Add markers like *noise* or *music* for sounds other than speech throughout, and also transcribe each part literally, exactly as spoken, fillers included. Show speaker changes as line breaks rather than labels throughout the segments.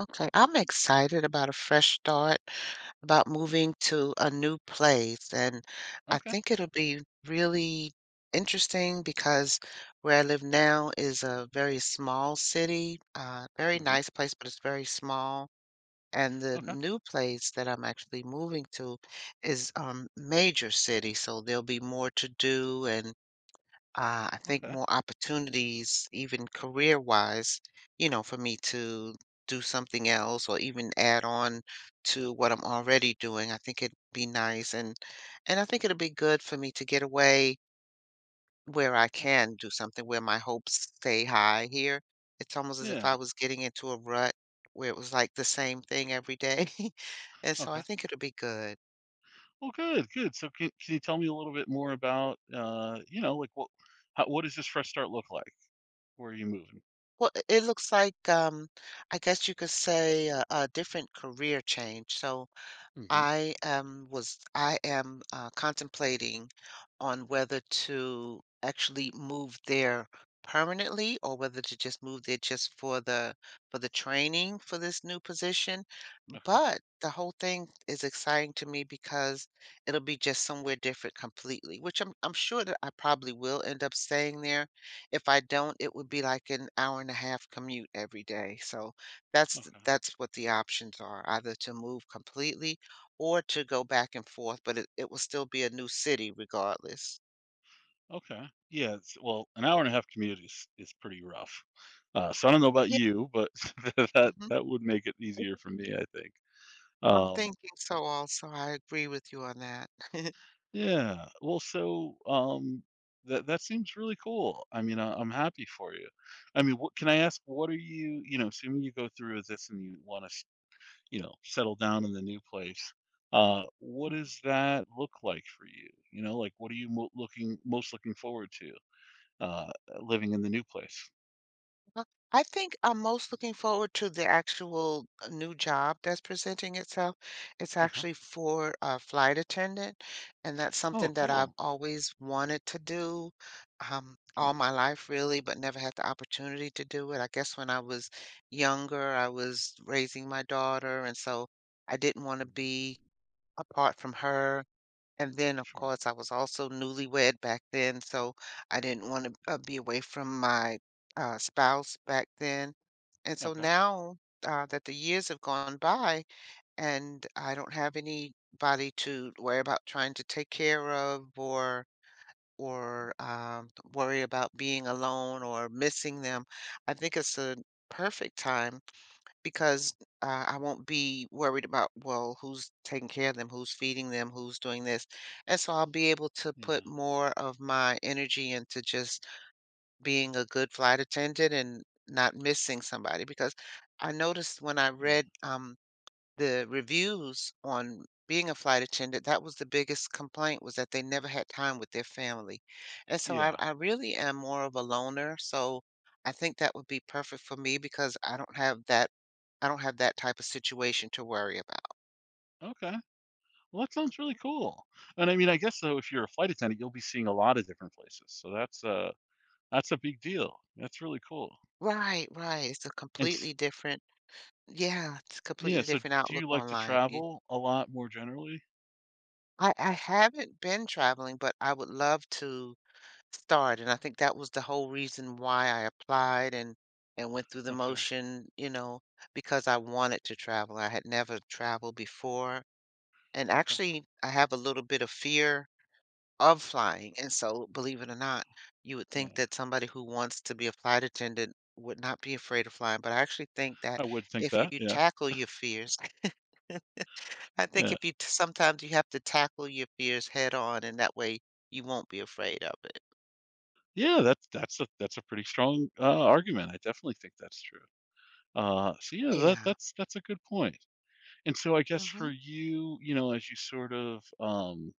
Okay, I'm excited about a fresh start, about moving to a new place, and I
Okay.
think it'll be really interesting because where I live now is a very small city, uh, very
Hmm.
nice place, but it's very small. And the
Okay.
new place that I'm actually moving to is um major city, so there'll be more to do and uh, I think
Okay.
more opportunities, even career-wise, you know, for me to do something else or even add on to what I'm already doing. I think it'd be nice and and I think it'll be good for me to get away where I
Yeah.
can do something where my hopes stay high here. It's almost as if
Yeah.
I was getting into a rut where it was like the same thing every day. *laughs* And so I
Okay.
think it'll be good.
Well, good. Good. So, can, can you tell me a little bit more about, uh, you know, like what, how, what does this fresh start look like? Where are you moving?
Well, it it looks like um I guess you could say a, a different career change. So
Hmm.
I am was I am uh, contemplating on whether to actually move there permanently or whether to just move there just for the for the training for this new position.
Okay.
But the whole thing is exciting to me because it'll be just somewhere different completely, which I'm I'm sure that I probably will end up staying there. If I don't, it would be like an hour and a half commute every day. So that's th-
Okay.
that's what the options are, either to move completely or to go back and forth, but it it will still be a new city regardless.
Okay. Yeah. It's, well, an hour and a half commute is is pretty rough. Uh, so I don't know about
Yeah.
you, but *laughs* that
Mhm.
that would make it easier for me, I think.
I'm
Um.
thinking so also, I agree with you on that. *laughs*
Yeah. Well, so, um, that that seems really cool. I mean, I, I'm happy for you. I mean, what can I ask? What are you, you know, assuming you go through with this and you want to, you know, settle down in the new place. Uh, what does that look like for you? You know, like what are you mo- looking most looking forward to? Uh, Living in the new place.
Uh, I think I'm most looking forward to the actual uh, new job that's presenting itself. It's
Okay.
actually for a flight attendant, and that's
Oh,
something that I've
cool.
always wanted to do um,
Okay.
all my life, really, but never had the opportunity to do it. I guess when I was younger, I was raising my daughter, and so I didn't want to be apart from her and then, of
Sure.
course, I was also newlywed back then, so I didn't want to uh, be away from my uh, spouse back then. And so
Okay.
now uh, that the years have gone by and I don't have anybody to worry about trying to take care of or or um, worry about being alone or missing them, I think it's a perfect time because uh, I won't be worried about, well, who's taking care of them, who's feeding them, who's doing this. And so I'll be able to put
Yeah.
more of my energy into just being a good flight attendant and not missing somebody. Because I noticed when I
Yeah.
read um, the reviews on being a flight attendant, that was the biggest complaint was that they never had time with their family. And so I,
Yeah.
I really am more of a loner. So I think that would be perfect for me because I don't have that I don't have that type of situation to worry about.
Okay. Well, that sounds really cool. And I mean, I guess so if you're a flight attendant, you'll be seeing a lot of different places. So that's uh that's a big deal. That's really cool.
Right, right. It's a
And s-
completely different yeah, it's a
yeah,
completely
so
different
do
outlook
you like
on
to
life. You
travel a lot more generally?
I, I haven't been traveling, but I would love to start, and I think that was the whole reason why I applied and and went through the
Okay.
motion, you know, because I wanted to travel. I had never traveled before, and
Okay.
actually, I have a little bit of fear of flying. And so, believe it or not, you would think
Yeah.
that somebody who wants to be a flight attendant would not be afraid of flying, but I actually think
I
that
would think
if you
that.
do
Yeah.
tackle your fears, *laughs* I think
Yeah.
if you t- sometimes you have to tackle your fears head on, and that way you won't be afraid of it.
Yeah, that's that's a that's a pretty strong uh, argument. I definitely think that's true. Uh so yeah, that
Yeah.
that's that's a good point. And so I guess for you, you know, as you sort of um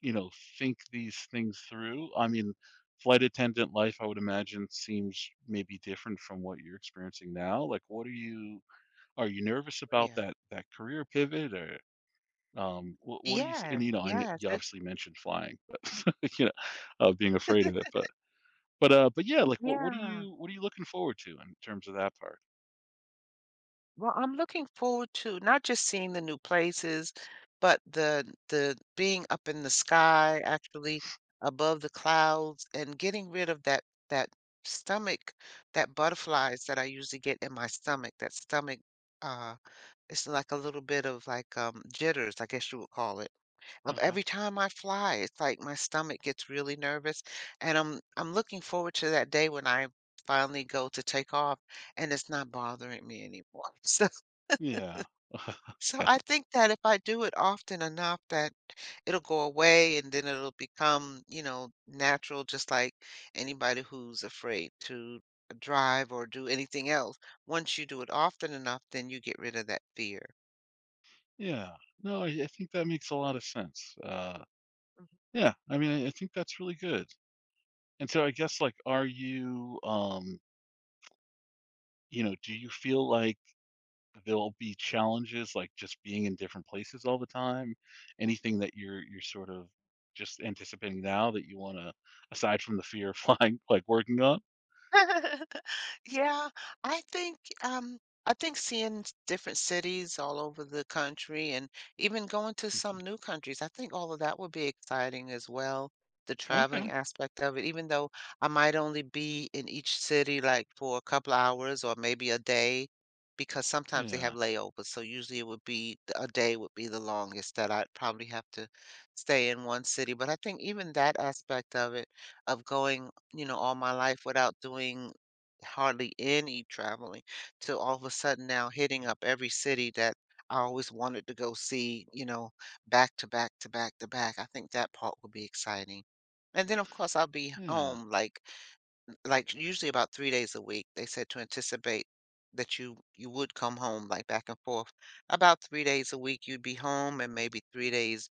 you know, think these things through? I mean, flight attendant life, I would imagine, seems maybe different from what you're experiencing now. Like, what are you? Are you nervous about
Yeah.
that that career pivot, or um, what, what do you? s- And
Yes,
you know, I kn-
yes,
you
it
obviously mentioned flying, but *laughs* you know, uh, being afraid of it, but but uh, but yeah, like, what what are
yeah.
you what are you looking forward to in terms of that part?
Well, I'm looking forward to not just seeing the new places, but the the being up in the sky, actually above the clouds and getting rid of that that stomach, that butterflies that I usually get in my stomach, that stomach, uh, it's like a little bit of like, um, jitters, I guess you would call it. But
Okay.
every time I fly, it's like my stomach gets really nervous, and I'm I'm looking forward to that day when I finally go to take off, and it's not bothering me anymore. *laughs* So
Yeah. *laughs*
so
Okay.
I think that if I do it often enough, that it'll go away, and then it'll become, you know, natural, just like anybody who's afraid to drive or do anything else. Once you do it often enough, then you get rid of that fear.
Yeah. No, I, I think that makes a lot of sense. Uh, yeah. I mean, I, I think that's really good. And so I guess, like, are you, um, you know, do you feel like there'll be challenges, like, just being in different places all the time? Anything that you're you're sort of just anticipating now that you wanna aside from the fear of flying, *laughs* like, working on?
Mhm. *laughs* Yeah, I think um I think seeing s- different cities all over the country and even going to some new countries, I think all of that would be exciting as well. The
Okay.
traveling aspect of it, even though I might only be in each city like for a couple hours or maybe a day, because sometimes they
Yeah.
have layovers. So usually it would be a day would be the longest that I'd probably have to stay in one city. But I think even that aspect of it, of going, you know, all my life without doing hardly any traveling to all of a sudden now hitting up every city that I always wanted to go see, you know, back to back to back to back. I think that part will be exciting. And then of course I'll be
Yeah.
home like like usually about three days a week. They said to anticipate that you you would come home like back and forth. About three days a week you'd be home and maybe three days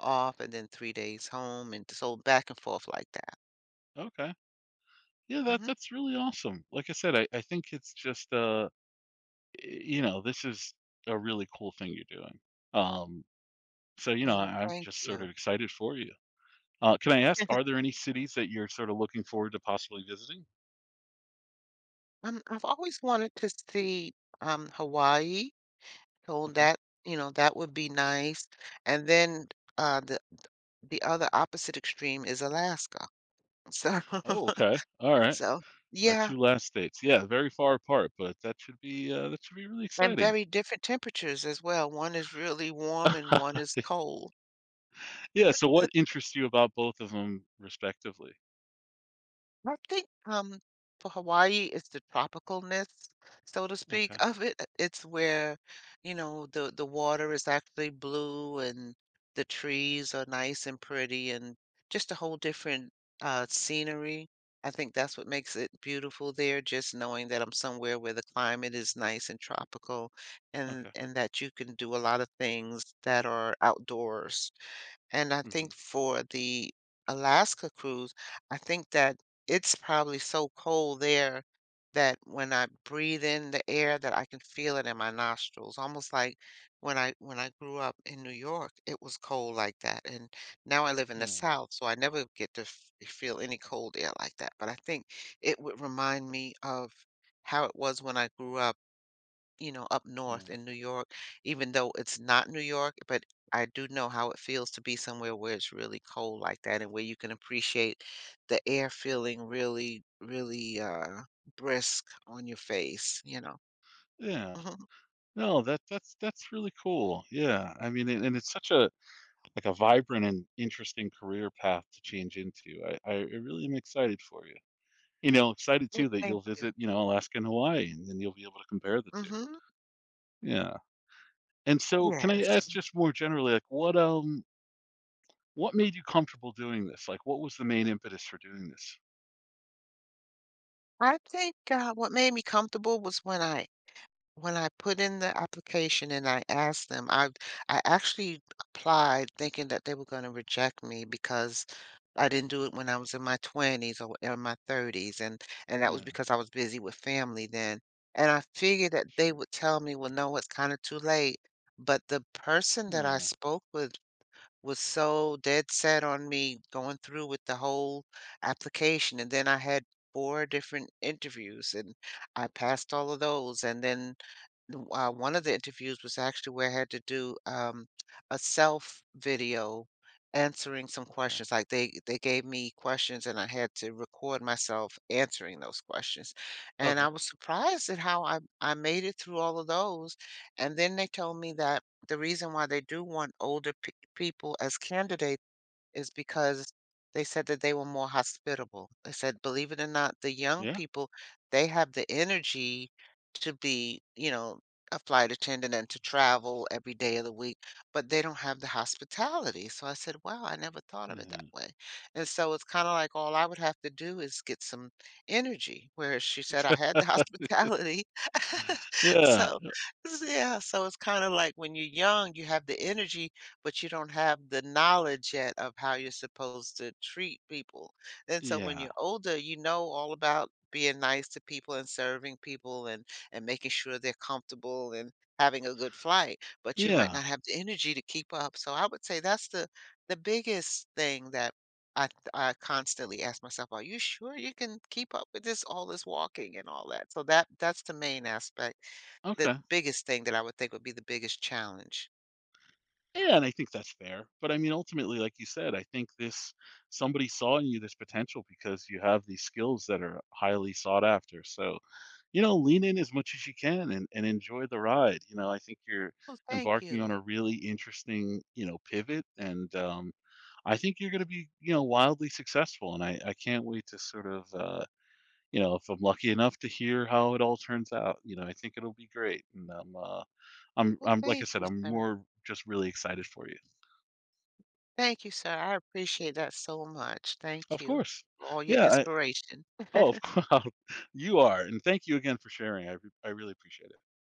off and then three days home and so back and forth like that.
Okay. Yeah, that
Hmm.
that's really awesome. Like I said, I I think it's just, uh, y you know, this is a really cool thing you're doing. Um, so, you
Okay,
know,
well
I I'm
thank
just sort
you.
of excited for you. Uh, can I ask, are there any cities that you're sort of looking forward to possibly visiting?
Um, I've always wanted to see, um, Hawaii, so
Okay.
that you know, that would be nice, and then, uh, the the other opposite extreme is Alaska, so
Oh, okay. All
*laughs*
right.
so
Our
yeah,
two last states. Yeah, very far apart, but that should be, uh, that should be really
and
exciting.
very different temperatures as well, one is really warm and one is
*laughs*
cold.
Yeah, so what interests you about both of them, respectively?
I think um, for Hawaii, it's the tropicalness, so to speak, *laughs*
Okay,
of it. uh, It's where, you know, the the water is actually blue and the trees are nice and pretty and just a whole different uh, scenery. I think that's what makes it beautiful there, just knowing that I'm somewhere where the climate is nice and tropical and
okay.
and that you can do a lot of things that are outdoors. And I
Mhm.
think for the Alaska cruise, I think that it's probably so cold there that when I breathe in the air that I can feel it in my nostrils, almost like when I when I grew up in New York, it was cold like that. And now I live in the
Yeah,
South, so I never get to f feel any cold air like that. But I think it would remind me of how it was when I grew up you know, up north
yeah,
in New York, even though it's not New York, but I do know how it feels to be somewhere where it's really cold like that and where you can appreciate the air feeling really, really uh brisk on your face, you know.
yeah.
Mhm.
No, that that's that's really cool. Yeah, I mean, and and it's such a, like, a vibrant and interesting career path to change into. I I I really am excited for you. You know, excited
Well,
too that
thank
you'll
you.
visit, you know, Alaska and Hawaii, and then you'll be able to compare the two.
Hmm.
Yeah. And so can I
Yes.
ask just more generally, like, what, um, what made you comfortable doing this? Like, what was the main impetus for doing this?
I think uh, what made me comfortable was when I When I put in the application and I asked them, I I actually applied thinking that they were gonna reject me because I didn't do it when I was in my twenties or in my thirties, and and that was
Yeah,
because I was busy with family then. And I figured that they
sure.
would tell me, "Well, no, it's kinda too late." But the person that I
Yeah,
spoke with was so dead set on me going through with the whole application, and then I had four different interviews, and I passed all of those, and then the- uh, one of the interviews was actually where I had to do um, a self video answering some
okay.
questions. Like they they gave me questions and I had to record myself answering those questions. And
Okay.
I was surprised at how I I made it through all of those. And then they told me that the reason why they do want older pe- people as candidates is because they said that they were more hospitable. They said, believe it or not, the young
Yeah?
people, they have the energy to be, you know, a flight attendant and to travel every day of the week, but they don't have the hospitality. So I said, wow, I never thought of it
Yeah.
that way. And so it's kind of like all I would have to do is get some energy, whereas she said I had the
*laughs*
hospitality. *laughs*
Yeah.
So, yeah, so it's kind of like when you're young, you have the energy but you don't have the knowledge yet of how you're supposed to treat people. And so when
Yeah.
you're older, you know all about being nice to people and serving people and and making sure they're comfortable and having a good flight, but you might
Yeah.
not have the energy to keep up. So I would say that's the the biggest thing that I th- I constantly ask myself, are you sure you can keep up with this all this walking and all that? So that that's the main aspect, the
Okay.
biggest thing that I would think would be the biggest challenge.
Yeah, and I think that's fair. But I mean, ultimately, like you said, I think this somebody saw in you this potential because you have these skills that are highly sought after. So you know, lean in as much as you can and, and enjoy the ride. You know, I think you're
Well, thank
embarking
you.
on a really interesting, you know, pivot. And um, I think you're going to be, you know, wildly successful. And I, I can't wait to sort of, uh, you know, if I'm lucky enough to hear how it all turns out, you know, I think it'll be great. And I'm, uh, I'm,
Well,
I'm, like I
thank
said,
you,
I'm
sir.
more just really excited for you.
Thank you, sir. I appreciate that so much. Thank
Of
you
course.
for all your
Yeah. I,
inspiration.
oh, of *laughs* course. You are. And thank you again for sharing. I, re- I really appreciate it.